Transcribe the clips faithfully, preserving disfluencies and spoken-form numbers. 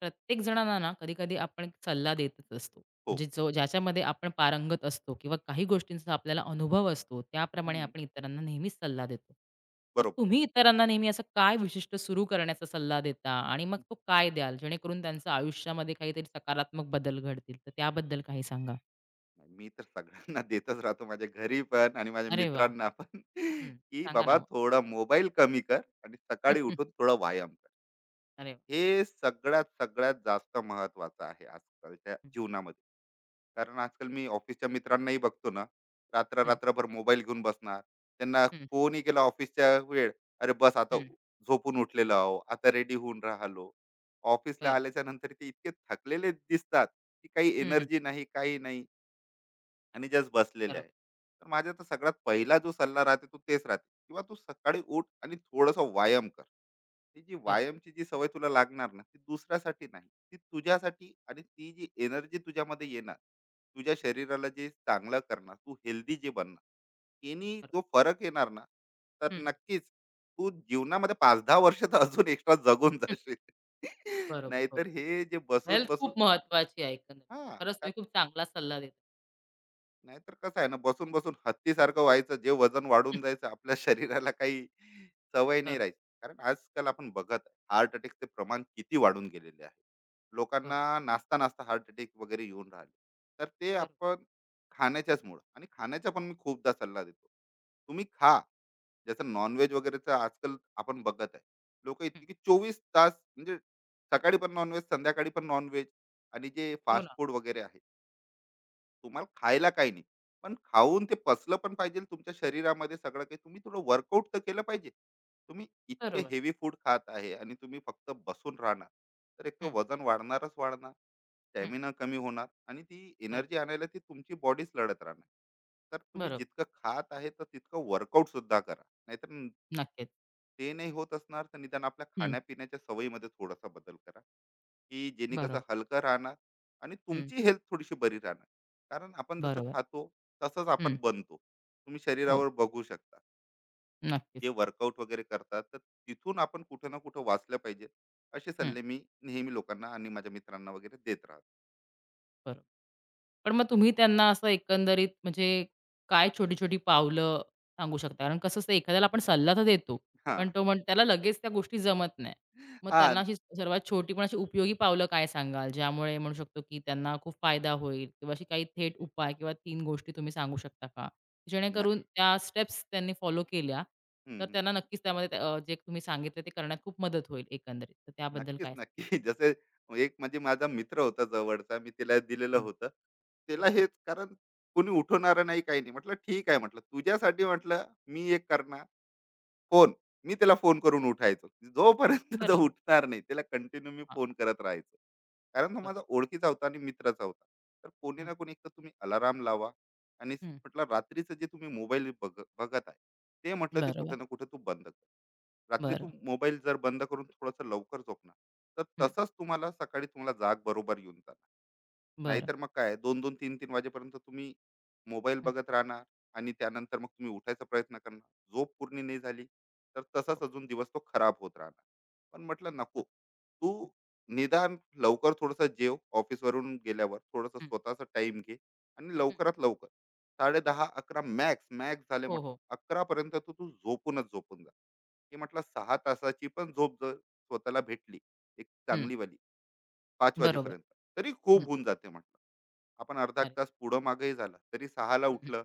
प्रत्येक जणांना ना कधी-कधी आपण एक सल्ला देतच असतो. हो. म्हणजे जो ज्याच्यामध्ये आपण पारंगत असतो किंवा काही गोष्टींचा आपल्याला अनुभव असतो, त्याप्रमाणे हं. आपण इतरांना नेहमीच सल्ला देतो. तर बरोबर. तुम्ही इतरांना नेहमी असं काय विशिष्ट सुरू करण्याचा सल्ला देता आणि मग हं. तो काय द्याल? जेणेकरून त्यांचं आयुष्यामध्ये काहीतरी सकारात्मक बदल घडतील. तर त्याबद्दल काही सांगा? मी तर सगळ्यांना देतच राहतो माझ्या घरी पण आणि माझ्या अरे वाह! मित्रांना पण, हं. की सांगा ना बाबा मग? थोडा मोबाईल कमी कर आणि सकाळी उठून थोडा व्यायाम कर. अरे वाह! हे सगळ्यात सगळ्यात जास्त महत्वाचं आहे आजकालच्या हं, जीवनामध्ये. कारण आजकाल मी ऑफिसच्या मित्रांनाही बघतो ना, रात्र हं, रात्रभर मोबाईल घेऊन बसणार. त्यांना हं, फोनही केला ऑफिसच्या वेळ, "अरे बस आता हं. झोपून उठलेलो आहो, आता रेडी होऊन राहिलो." ऑफिसला बरं. आल्याच्या नंतर ते इतके थकलेले दिसतात, की काही हं, हं. एनर्जी नाही, काही नाही आणि जस्ट बसलेले बरोबर, आहे. तर माझा तर सगळ्यात पहिला जो सल्ला राहते तो तेच राहते किंवा तू सकाळी उठ आणि थोडंसं व्यायाम कर. ती जी बरोबर. व्यायामची जी सवय तुला लागणार ना ती दुसऱ्यासाठी नाही ती तुझ्यासाठी, आणि ती जी एनर्जी तुझ्यामध्ये येणार, तुझ्या शरीराला जे चांगलं करणार, तू हेल्दी जे बनणार, यांनी बरोबर. जो फरक येणार ना, तर हं, हं. नक्कीच तू जीवनामध्ये पाच दहा वर्ष तर अजून एक्स्ट्रा जगून जाशील. बरोबर. हो. नाहीतर हे जे बसून हेल्थ खूप बसून. महत्वाची आहे एकंदरीत. खरंच हा, तुम्ही खूप चांगला सल्ला देता. नाहीतर कसं आहे ना, बसून बसून हत्तीसारखं व्हायचं, जे वजन हं, वाढून जायचं, आपल्या शरीराला काही सवय नाही बरोबर, राहायची. कारण आजकाल आपण बघत हार्ट अटॅकचे प्रमाण किती वाढून गेलेले आहे. बरोबर, लोकांना नाचता नाचता हार्ट अटॅक वगैरे येऊन राहिले. तर ते बरोबर. आपण खाण्याच्याच मुळे. आणि खाण्याचा पण मी खूपदा सल्ला देतो. तुम्ही खा, जसं नॉनव्हेज वगैरेचं आजकाल आपण बघत आहे, लोक हं, इतके की चोवीस तास म्हणजे सकाळी पण नॉनव्हेज, संध्याकाळी पण नॉनव्हेज, आणि जे हो फास्ट ना, फूड वगैरे आहे, तुम्हाला खायला काही नाही. पण खाऊन ते पचलं पण पाहिजे तुमच्या शरीरामध्ये. सगळं काही तुम्ही थोडं वर्कआउट तर केलं पाहिजे. तुम्ही इतके बरोबर. हेवी फूड खात आहे आणि तुम्ही फक्त बसून राहणार, तर एक तर हं, वजन वाढणारच वाढणार, हं, स्टॅमिना कमी होणार, आणि ती बरोबर, एनर्जी आणायला ती तुमची बॉडीच लढत राहणार. तर तुम्ही बरोबर. जितकं खात आहे, तर तितकं वर्कआउट सुद्धा करा. नाहीतर नक्कीच. ते नाही होत असणार, तर निदान आपल्या हं, खाण्यापिण्याच्या सवयीमध्ये थोडासा बदल करा, की जेणे कसं बरोबर. हलकं राहणार आणि हं, तुमची हेल्थ थोडीशी बरी राहणार. कारण आपण जसं बरोबर. खातो तसंच हं, आपण बनतो. तुम्ही हो, शरीरावर बघू शकता नक्कीच. जे वर्कआउट वगैरे करतात, तर तिथून आपण कुठं ना कुठं वाचलं पाहिजे. असे हं. सल्ले मी नेहमी लोकांना आणि माझ्या मित्रांना वगैरे देत राहतो. बरोबर. पण मग तुम्ही त्यांना असं एकंदरीत म्हणजे काय छोटी-छोटी पावलं सांगू शकता? कारण कसं असतं एखाद्याला आपण सल्ला तर देतो, हा. पण तो म्हण त्याला लगेच त्या गोष्टी जमत नाही. मग हा. त्यांना अशी सर्वात छोटी पण अशी उपयोगी पावलं काय सांगाल? ज्यामुळे म्हणू शकतो की त्यांना खूप फायदा होईल किंवा अशी काही थेट उपाय किंवा तीन गोष्टी तुम्ही सांगू शकता का? जेणेकरून त्या स्टेप्स त्यांनी फॉलो केल्या, तर नक्की. त्यांना नक्कीच त्यामध्ये अ, जे तुम्ही सांगितलं ते करण्यात खूप मदत होईल एकंदरीत. तर त्याबद्दल नक्कीच, काय? नक्की. जसे, एक म्हणजे माझा मित्र होता जवळचा, मी तिला दिलेलं हं, होतं. तिला हं, हेच कारण, कोणी उठवणारं नाही, काही नाही. म्हटलं, "ठीक आहे," म्हटलं, "तुझ्यासाठी," म्हटलं, "मी एक करणार." हं. फोन. मी त्याला फोन करून उठायचो. जोपर्यंत तो बरं. उठणार नाही त्याला कंटिन्यू मी हां, फोन करत राहायचो. कारण तो बरं. माझा ओळखीचा होता आणि मित्राचा होता. तर कोणी हं, ना कोणी एकतर तुम्ही अलाराम लावा, आणि हं. म्हटलं रात्रीचं जे तुम्ही मोबाईल बघ बघत आहे, ते म्हटलं ते बरोबर. कुठं ना कुठं तू बंद कर. रात्री तू बरं. मोबाईल जर बंद करून थोडंसं लवकर झोपणार, तर हं. तसंच तुम्हाला सकाळी तुम्हाला जाग बरोबर येऊन जाणार. बरं. नाहीतर मग काय दोन दोन, तीन तीन वाजेपर्यंत तुम्ही मोबाईल हं. बघत राहणार आणि त्यानंतर मग तुम्ही उठायचा प्रयत्न करणार. झोप पूर्ण नाही झाली तर तसाच हो. अजून दिवस तो खराब होत राहणार. पण म्हटलं नको बरं. तू, हं. निदान लवकर थोडंसं जेव, ऑफिसवरून गेल्यावर थोडंसं हं. स्वतःचा टाइम घे, आणि हं. लवकरात लवकर साडे दहा अकरा, मॅक्स मॅक्स झाले हो, म्हटलं हो. अकरा पर्यंत तू तू झोपूनच झोपून जा. हे म्हटलं सहा तासाची पण झोप जर स्वतःला भेटली एक हं. चांगली वाली, पाच बरोबर. वाजेपर्यंत, तरी खूप हं. होऊन जाते म्हटलं. आपण अर्धा एक अरे! तास पुढं मागेही झाला तरी सहाला हं, हं. उठलं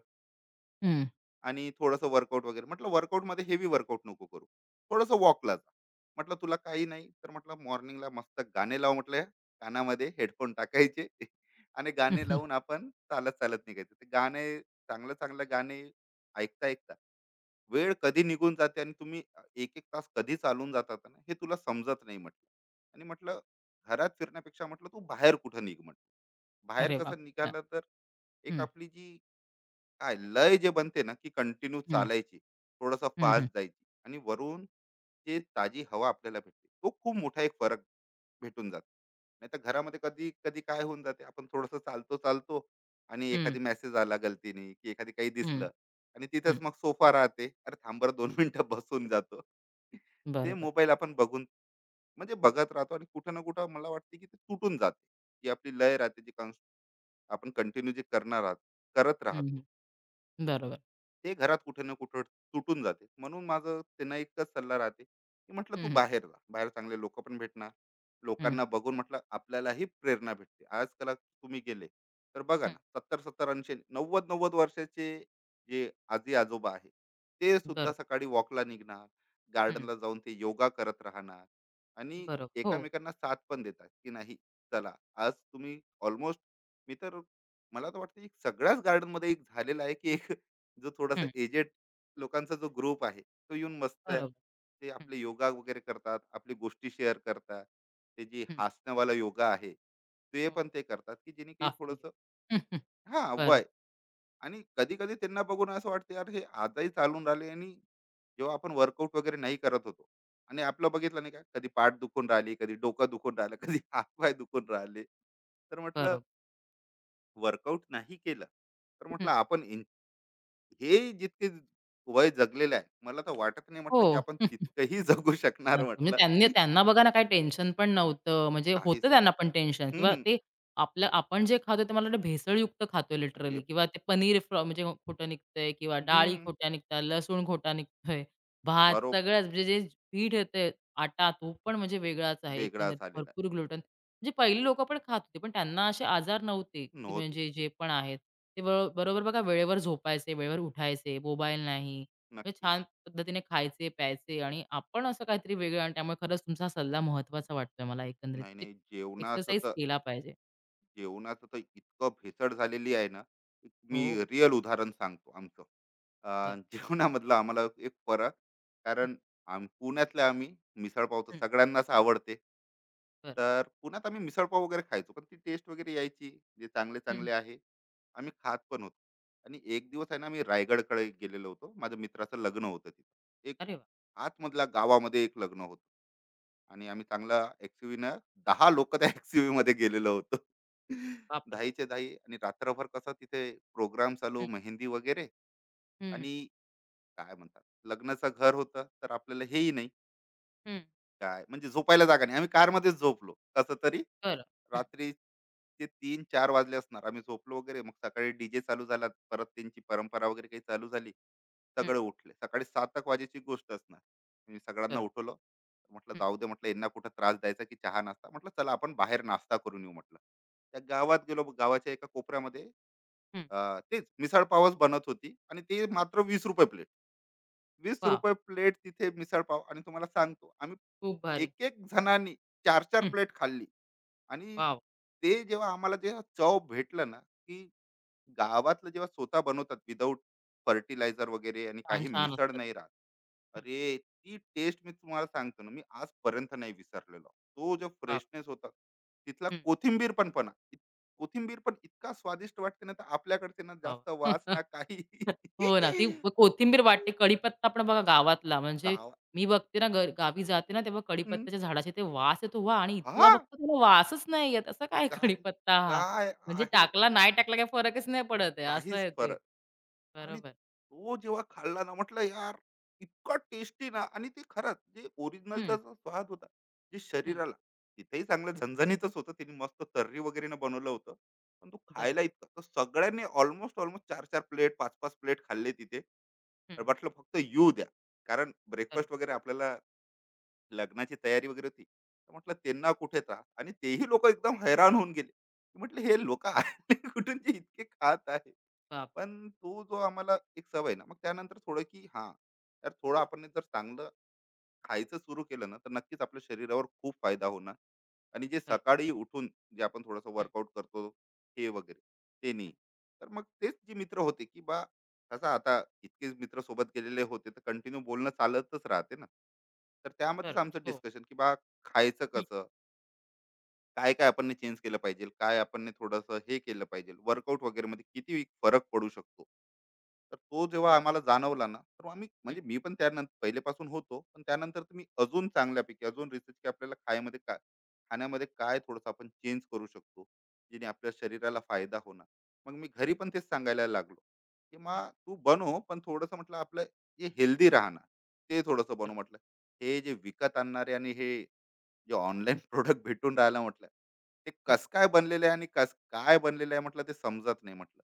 हं. आणि थोडंसं वर्कआउट वगैरे, म्हटलं वर्कआउटमध्ये हेवी वर्कआउट नको करू, थोडंसं वॉकला जा, म्हटलं तुला काही नाही तर म्हटलं मॉर्निंगला मस्त गाणे लाव, म्हटलं कानामध्ये हेडफोन टाकायचे आणि गाणे हं, लावून आपण चालत चालत निघायचं, ते गाणे चांगलं चांगलं गाणे ऐकता ऐकता वेळ कधी निघून जाते आणि तुम्ही एक एक तास कधी चालून जातात ना हे तुला समजत नाही म्हटलं. आणि म्हटलं घरात फिरण्यापेक्षा म्हटलं तू बाहेर कुठं निघ म्हटलं, बाहेर अरे वाह! कसं खूप छान. निघालं तर एक हं. आपली जी काय लय जे बनते ना, की कंटिन्यू हं. चालायची थोडासा हं, हं. फास्ट जायची, आणि वरून जे ताजी हवा आपल्याला भेटते, तो खूप मोठा एक फरक भेटून जातो. नाही तर घरामध्ये कधी कधी काय होऊन जाते, आपण थोडंसं चालतो चालतो आणि हं. एखादी मेसेज आला गलतीने की एखादी काही हं. दिसलं, आणि हं. तिथेच मग सोफा राहते, अरे थांबर दोन मिनिटं बसून जातो, ते बरोबर. मोबाईल आपण बघून म्हणजे बघत राहतो, आणि कुठं ना कुठं मला वाटते की ते तुटून जाते. जी आपली लय राहते, जी कॉन्स- आपण कंटिन्यू जे करणार आहात करत हं, राहतो, हं. बरोबर. ते घरात कुठे ना कुठं तुटून जाते. म्हणून माझं त्यांना एकच सल्ला राहते की म्हटलं तू हं. बाहेर जा, बाहेर चांगले लोक पण भेटणार, हं, हं. लोकांना बघून म्हटलं आपल्यालाही प्रेरणा भेटते. आजकाल तुम्ही गेले तर बघा ना, हं. सत्तर सत्तर ऐंशी नव्वद नव्वद वर्षाचे जे आजी आजोबा आहे, ते बरोबर. सुद्धा सकाळी वॉकला निघणार, हं. गार्डनला जाऊन ते योगा करत राहणार, आणि बरोबर. हो. एकामेकांना साथ पण देतात की नाही, चला आज तुम्ही ऑलमोस्ट, मी तर, मला तर वाटतं एक सगळ्याच garden मध्ये एक झालेलं आहे की एक जो थोडासा हं. एजेड लोकांचा जो ग्रुप आहे तो येऊन मस्त, बरोबर. ते हं. आपले योगा वगैरे करतात, आपली गोष्टी शेअर करतात. ते जी हं. हसण्यावाला योगा आहे ते हो. पण ते करतात, की जेणे काही लाफिंग. थोडस हा बरोबर. वय. आणि कधी कधी त्यांना बघून असं वाटतं यार, हे आजही चालून राहिले, आणि जेव्हा आपण वर्कआउट वगैरे नाही करत होतो आणि आपलं बघितलं नाही का, कधी पाठ दुखून राहिली, कधी डोकं दुखून राहिलं, कधी हातपाय दुखून राहिले, तर म्हटलं बरोबर. वर्कआउट नाही केलं. तर हं. म्हटलं आपण हे जितके वय जगलेलं आहे, मला तर वाटत नाही हो. म्हटलं की आपण तितकंही जगू शकणार नक्की. म्हणजे म्हटलं. त्यांनी त्यांना बघा ना काही टेन्शन पण नव्हतं. म्हणजे होतं काहीच नाही. त्यांना पण टेन्शन किंवा हम्म. ते आपलं आपण जे खातोय ते मला वाटतं भेसळयुक्त खातोय लिटरली अरे. किंवा ते पनीर फ्र म्हणजे खोटं निघतंय किंवा डाळी हम्म. खोट्या निघतात, लसूण खोटा निघतोय, भात बरो. सगळ्याच म्हणजे जे पीठ येतंय, आटा तो पण म्हणजे वेगळाच आहे वेगळा एकंदरीत झालेला आहे. भरपूर ग्लुटन. म्हणजे पहिली लोकं पण खात होती, पण त्यांना असे आजार नव्हते, की नव्हते. म्हणजे जे पण आहेत. ते ब बरोबर बघा वेळेवर झोपायचे, वेळेवर उठायचे, मोबाईल नाही. म्हणजे नक्की. छान पद्धतीने खायचे, प्यायचे आणि आपण असं काहीतरी वेगळं आणि त्यामुळे खरंच तुमचा सल्ला महत्त्वाचा वाटतोय मला एकंदरीत. नाही एक नाही, जेवणाचं एक्सरसाइज तर, केला पाहिजे. जेवणाचं तर इतकं भेसळ झालेली आहे ना. एक मी हो, रिअल उदाहरण सांगतो आमचं. बरं. अं, जेवणामधला आम्हाला एक फरक, हं, कारण आम पुण्यातल्या आम्ही मिसळ पाव तर हं, सगळ्यांनाच आवडते. बरं. तर पुण्यात आम्ही मिसळपाव वगैरे खायचो, पण ती टेस्ट वगैरे यायची, जे हं, हं. चांगले-चांगले आहे. आम्ही खात पण होतो. आणि एक दिवस आहे ना, मी रायगडकडे गेलेलो होतो. माझ्या मित्राचं लग्न होतं तिथं. एक अरे वाह! आतमधल्या गावामध्ये एक लग्न होतं. आणि आम्ही चांगला एक्स-यू-व्हीनं त्या एक्स यू गेलेलो होतो. बापरे! दहा च्या आणि रात्रभर कसं तिथे प्रोग्राम चालू, हं, मेहंदी वगैरे, हं, हं, आणि काय म्हणतात, लग्नाचं घर होतं, तर आपल्याला हेही नाही, हं. काय म्हणजे झोपायला जागा नाही. आम्ही कारमध्येच झोपलो कसं तरी. बरं. हं, रात्रीचे तीन चार वाजले असणार. आम्ही झोपलो वगैरे. मग सकाळी डीजे चालू झाला. परत त्यांची परंपरा वगैरे काही चालू झाली. हं. सगळे उठले. सकाळी सात वाजेची गोष्ट असणार. मी सगळ्यांना बरं. उठवलं. म्हटलं, हं, "जाऊ दे," म्हटलं, "यांना कुठं त्रास द्यायचा की चहा-नाश्ता." म्हटलं, "चला आपण बाहेर नाश्ता करून येऊ," म्हटलं. त्या गावात गेलो. गावाच्या एका कोपऱ्यामध्ये हं. अ, तेच मिसळ-पावच बनत होती, आणि ते मात्र ₹वीस रुपये प्लेट. वाह! ₹वीस रुपये प्लेट तिथे मिसळ-पाव, आणि तुम्हाला सांगतो आम्ही खूप भारी. एक-एक जणांनी चार चार हं, प्लेट खाल्ली. आणि वॉव! ते जेव्हा आम्हाला जेव्हा चव भेटलं ना, की गावातलं जेव्हा स्वतः बनवतात विदाऊट फर्टिलायझर वगैरे आणि छान, काही छान मिसळ असतात. नाही राहत. हं, अरे, ती टेस्ट मी तुम्हाला सांगतो ना, मी आजपर्यंत नाही विसरलेलो. तो जो वाह! फ्रेशनेस होता, तिथला हं, कोथिंबीर पण पणा, कोथिंबीर पण इतका स्वादिष्ट वाटते ना, तर आपल्याकडचे ना जास्त वाह! वास ना काही. हो ना. ती व- कोथिंबीर वाटते. कढीपत्ता पण बघा गावातला, म्हणजे गावात, मी बघते ना ग गावी जाते ना, तेव्हा हं, कढीपत्त्याच्या झाडाचे ते वास येतो वा आणि इथला हां, बघतो त्याला वासच नाही येत. असा काय काय, कढीपत्ता हा? काय म्हणजे आहे? टाकला नाही टाकला काही फरकच नाही पडत आहे. असं काहीच आहे ते. फरक. आणि बरोबर. तो जेव्हा खाल्ला ना म्हटलं यार, इतका टेस्टी ना, आणि ते खरंच जे ओरिजिनलचा हं, जो स्वाद होता, जे हं. शरीराला, तिथेही चांगलं झणझणीतच होतं, तिने मस्त तर्री वगैरे न बनवलं होतं, पण तो खायला बरोबर. इतका, तर सगळ्यांनी ऑलमोस्ट ऑलमोस्ट चार चार प्लेट, पाच पाच प्लेट खाल्ले तिथे. हं, तर हं. म्हटलं फक्त येऊ द्या, कारण बरोबर. ब्रेकफास्ट वगैरे आपल्याला लग्नाची तयारी वगैरे होती. तर म्हटलं त्यांना कुठे त्रास, आणि तेही लोक एकदम हैराण होऊन गेले. म्हटलं हे लोक आले कुठून जे इतके खात आहे. बाप पण तो जो आम्हाला एक सवय ना, मग त्यानंतर थोडं की हां, यार थोडं आपण जर चांगलं खायचं सुरू केलं ना, तर नक्कीच आपल्या शरीरावर खूप फायदा होणार, आणि जे बरोबर. सकाळी उठून जे आपण थोडंसं हं, वर्कआउट करतो हे वगैरे ते हं. नाही, तर मग तेच जे मित्र होते की बा, कसं आता इतकेच मित्र सोबत गेलेले होते, तर कंटिन्यू बोलणं चालतच राहते ना, तर त्यामध्येच बरोबर. आमचं हो. डिस्कशन की बा, खायचं हं, कसं, काय काय आपण चेंज केलं पाहिजे? काय आपण थोडंसं हे केलं पाहिजे? वर्कआउट वगैरेमध्ये किती फरक पडू शकतो? तर तो जेव्हा बरोबर. आम्हाला जाणवला ना, तर आम्ही, हं, म्हणजे मी पण त्यानंतर पहिलेपासून होतो. पण त्यानंतर तुम्ही अजून चांगल्यापैकी अजून रिसर्च की आपल्याला खायमध्ये काय, खाण्यामध्ये काय थोडंसं आपण चेंज करू शकतो, जेणे आपल्या शरीराला फायदा होणार. मग मी घरी पण तेच सांगायला लागलो, की हं. "मा तू बनव, पण थोडंसं" म्हटलं "आपलं जे हेल्दी राहणार, ते थोडंसं बनव" बरोबर. म्हटलं. "हे जे विकत आणणारे आणि हे जे ऑनलाईन प्रोडक्ट भेटून राहिला म्हटलं ते हं. कस काय बनलेलं आहे आणि कस काय बनलेलं आहे म्हटलं ते समजत नाही म्हटलं.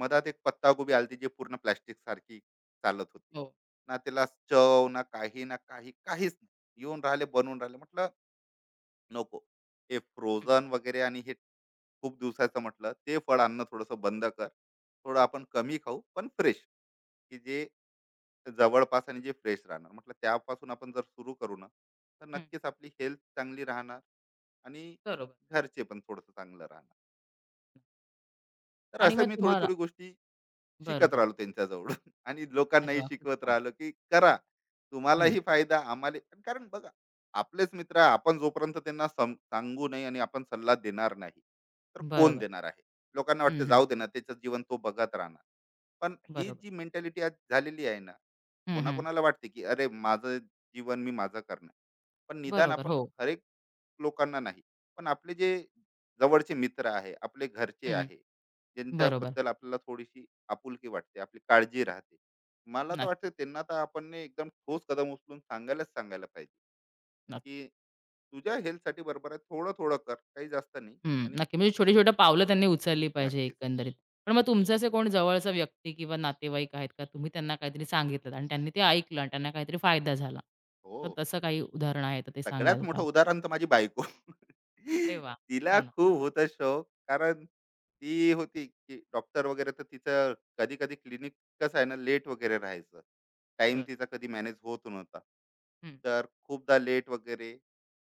मधात एक पत्ताकोबी आलती जे पूर्ण प्लॅस्टिक सारखी चालत होती हो. ना. त्याला चव ना काही ना काही काहीच नाही, येऊन राहिले बनून राहिले म्हटलं नको. हे हं, फ्रोझन वगैरे आणि हे खूप दिवसाचं म्हटलं ते फळ आणणं थोडंसं बंद कर, थोडं हं. आपण कमी खाऊ पण फ्रेश, की जे ते जवळपास आणि जे फ्रेश राहणार म्हटलं त्यापासून आपण जर सुरू करू ना, तर हं. नक्कीच आपली हेल्थ चांगली राहणार आणि बरोबर. घरचे पण थोडंसं चांगलं राहणार. तर आणि असं मग मी थोडी तुम्हाला थोडी गोष्टी शिकत बरोबर. राहिलो त्यांच्याजवळ आणि अरे लोकांनाही वाह! खूप शिकवत छान. राहिलो की करा, हं. तुम्हालाही फायदा आम्हाला. कारण बघा, आपलेच मित्र आहे, आपण जोपर्यंत त्यांना सम- सांगू नाही आणि आपण सल्ला देणार नाही तर कोण बरोबर. देणार आहे. लोकांना हं, वाटते हं. जाऊ दे ना त्याचं जीवन तो बघत राहणार, पण ही बरोबर. जी मेंटॅलिटी आज झालेली आहे ना, हं, हं. कोणाकोणाला वाटते की अरे माझं जीवन मी माझं करणार. पण निदान बरोबर. आपण हो. हरेक लोकांना नाही, पण आपले जे जवळचे मित्र आहे आपले घरचे हं. आहे, बरोबर. ज्यांच्याबद्दल आपल्याला थोडीशी आपुलकी वाटते आपली काळजी राहते, मला तर वाटतं नक्कीच, त्यांना तर आपण ने एकदम ठोस कदम उचलून सांगायलाच सांगायला पाहिजे, नक्की. की तुझ्या हेल्थसाठी बरोबर आहे थोडं थोडं कर, काही जास्त नाही. हं. आणि नक्की. म्हणजे छोटी-छोटी पावलं त्यांनी उचलली पाहिजे नक्कीच एकंदरीत. पण मग तुमचे असे कोण जवळचा व्यक्ती किंवा नातेवाईक आहेत का? तुम्ही त्यांना काहीतरी सांगितलत आणि त्यांनी ते ऐकलं आणि त्यांना काहीतरी फायदा झाला. हो, तर तसं काही उदाहरण आहे तर ते सगळ्यात सांगाल का? मोठं उदाहरण तर माझी बायको. अरे वाह! तिला छान. खूप होता शौक. कारण ती होती, की डॉक्टर वगैरे, तर तिचं कधी-कधी क्लिनिक कसं आहे ना, लेट वगैरे राहायचं. टाइम बरं. तिचा कधी मॅनेज होत नव्हता. हं, तर खूपदा लेट वगैरे,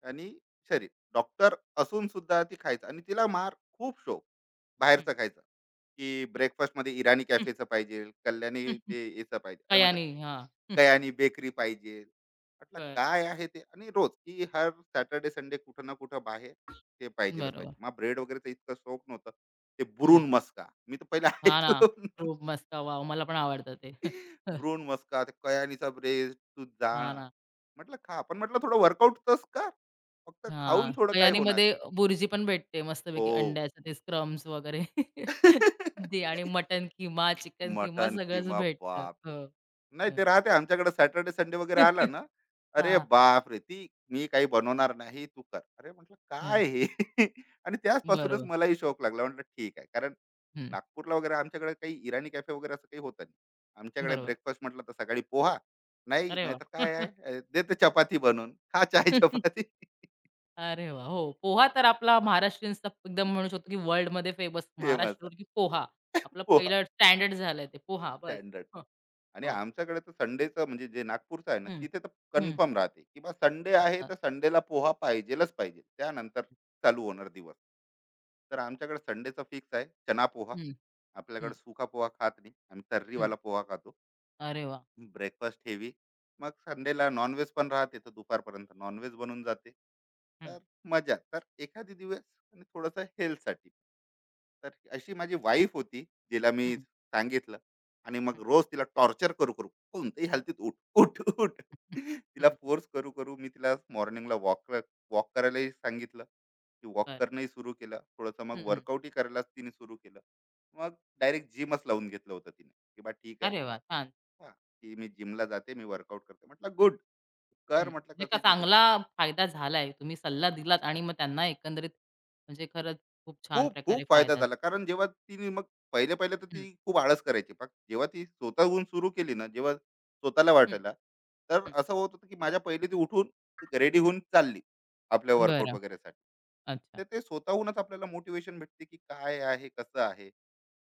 आणि शरीर, डॉक्टर असून सुद्धा ती खायचं आणि तिला मार खूप शौक हं, बाहेरचं खायचं, की हं, ब्रेकफास्टमध्ये इराणी हं, कॅफेचं पाहिजे, कल्याणी हं, हं. ते याचं पाहिजे. अरे म्हटलं, कयानी. हां. हं. कयानी बेकरी पाहिजे. म्हटलं बरं. काय आहे ते, आणि रोज की हर सॅटर्डे संडे कुठं ना कुठं बाहेर ते पाहिजेलच बरोबर. पाहिजे. मग ब्रेड वगैरेचं इतकं शौक नव्हतं, ते हं. ब्रून मस्का मी तर पहिला हां ना. ऐकलं होतं. खूप मस्त. वॉव! मला पण आवडतं ते. ब्रून मस्का ते कयानीचा ब्रेड तू जाण. हां ना. म्हटलं खा, पण म्हटलं थोडं वर्कआउट तस कर, फक्त हां, खाऊन थोडं काय होणार. कयानीमध्ये बुर्जी पण भेटते हो. मस्तपैकी अंड्याचं ते स्क्रम्स वगैरे ते आणि mutton keema, chicken keema mutton सगळंच किमा भेटतं. बाप, हो. नाही हं. ते राहते आमच्याकडे सॅटर्डे संडे वगैरे आला ना, "अरे हां. बाप रे! ती मी काही बनवणार नाही, तू कर." अरे म्हटलं, हं. "काय हे?" आणि त्याचपासूनच बरोबर. मलाही शौक लागला. म्हटलं, "ठीक आहे." कारण हं. नागपूरला वगैरे आमच्याकडे काही इराणी कॅफे वगैरे असं काही होतं नाही. आमच्याकडे बरोबर. ब्रेकफास्ट म्हटलं तर सकाळी पोहा, नाही अरे वाह! नाहीतर काय आहे, अ, "दे ते चपाती बनवून, खा चहा चपाती." अरे वाह! हो, पोहा तर आपला महाराष्ट्रीयन्सचा एकदम म्हणू शकतो, की वर्ल्डमध्ये फेमस फेमस महाराष्ट्र की आहे. पोहा. आपलं पोहा पहिलं स्टँडर्ड झालंय ते पोहा बस. स्टँडर्ड. हो, आणि हो. आमच्याकडे तर संडेचं म्हणजे जे नागपूरचं आहे ना, हं. तिथे तर हं. कन्फर्म राहते की बा संडे आहे अच्छा. तर संडेला पोहा पाहिजेलच पाहिजे, त्यानंतर चालू होणार दिवस. तर आमच्याकडे संडेचं फिक्स आहे चना पोहा, हं, हं, आपल्याकडे सुका पोहा खात नाही, आम्ही हं. तर्रीवाला पोहा खातो. अरे वाह! ब्रेकफास्ट हेवी, मग संडेला नॉनव्हेज पण राहते, तर दुपारपर्यंत नॉनव्हेज बनून जाते. तर मजा तर एखादी दिवस, आणि थोडंसं हेल्थसाठी, तर अशी माझी वाईफ होती जिला मी हं, सांगितलं. आणि हं. मग रोज तिला टॉर्चर करू करू कोणत्याही हालतीत उठ उठ उठ, हं, हं, तिला हं. फोर्स करू करू मी तिला मॉर्निंगला वॉक वॉक करायलाही सांगितलं, की वॉक बरं. करणंही सुरू केलं थोडंसं, मग हं, हं. वर्कआउटही करायलाच तिने सुरू केलं. मग डायरेक्ट जिमच लावून घेतलं होतं तिने, की बा ठीक आहे, अरे वाह! छान. हा, की मी जिमला जाते मी वर्कआउट करते, म्हटलं गुड, हं. कर म्हणजे म्हटलं का कसं जसं. चांगला फायदा झालाय. तुम्ही सल्ला दिलात आणि मग त्यांना एकंदरीत म्हणजे खरंच खूप छान खूप प्रकारे खूप फायदा फायदा झाला, कारण जेव्हा तिने मग पहिले पहिले तर हं, ती खूप आळस करायची, पण जेव्हा ती स्वतःहून सुरू केली ना, जेव्हा स्वतःला हं, वाटायला, तर हं, असं होत होतं की माझ्या पहिले ती उठून रेडी हं. होऊन चालली आपल्या वर्कआउट बरं. वगैरेसाठी. तर अच्छा. ते स्वतःहूनच आपल्याला मोटिवेशन भेटते, की काय आहे कसं आहे,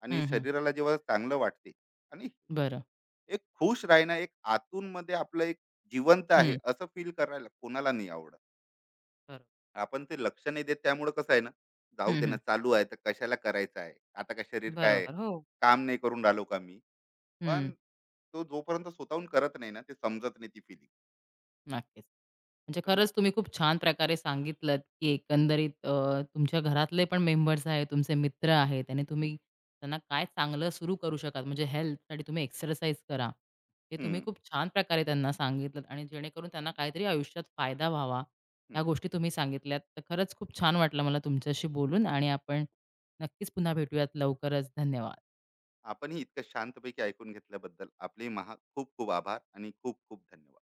आणि हं, हं. शरीराला जेव्हा चांगलं वाटते, आणि बरं. एक खुश राहणं, एक आतून मध्ये आपलं एक जिवंत आहे हं. असं फील करायला कोणाला नाही आवडत. बरोबर. आपण ते लक्ष नाही देत, त्यामुळे कसं आहे ना, जाऊ हं, दे ना हं. चालू आहे तर कशाला करायचं आहे, आता काय शरीर काय आहे? बरोबर. हो. काम नाही करून राहिलो का मी? हं. पण तो जोपर्यंत स्वतःहून करत नाही ना ते समजत नाही ती फिलिंग. नक्कीच. म्हणजे तर म- खरंच तुम्ही खूप छान प्रकारे सांगितलंत, की एकंदरीत अ, तुमच्या घरातले पण मेंबर्स आहेत, तुमचे मित्र आहेत आणि हम्म. तुम्ही त्यांना काय चांगलं सुरू करू शकाल, म्हणजे हेल्थसाठी तुम्ही एक्सरसाइज करा. हे तुम्ही हम्म, खूप छान प्रकारे त्यांना सांगितलंत आणि जेणेकरून त्यांना काहीतरी आयुष्यात फायदा व्हावा, ह्या हम्म. गोष्टी तुम्ही सांगितल्यात. तर खरंच खूप छान वाटलं मला तुमच्याशी बोलून आणि आपण नक्कीच पुन्हा भेटूयात लवकरच. धन्यवाद. आपणही इतकं शांतपैकी ऐकून घेतल्याबद्दल आपले महा खूप खूप आभार आणि खूप खूप धन्यवाद.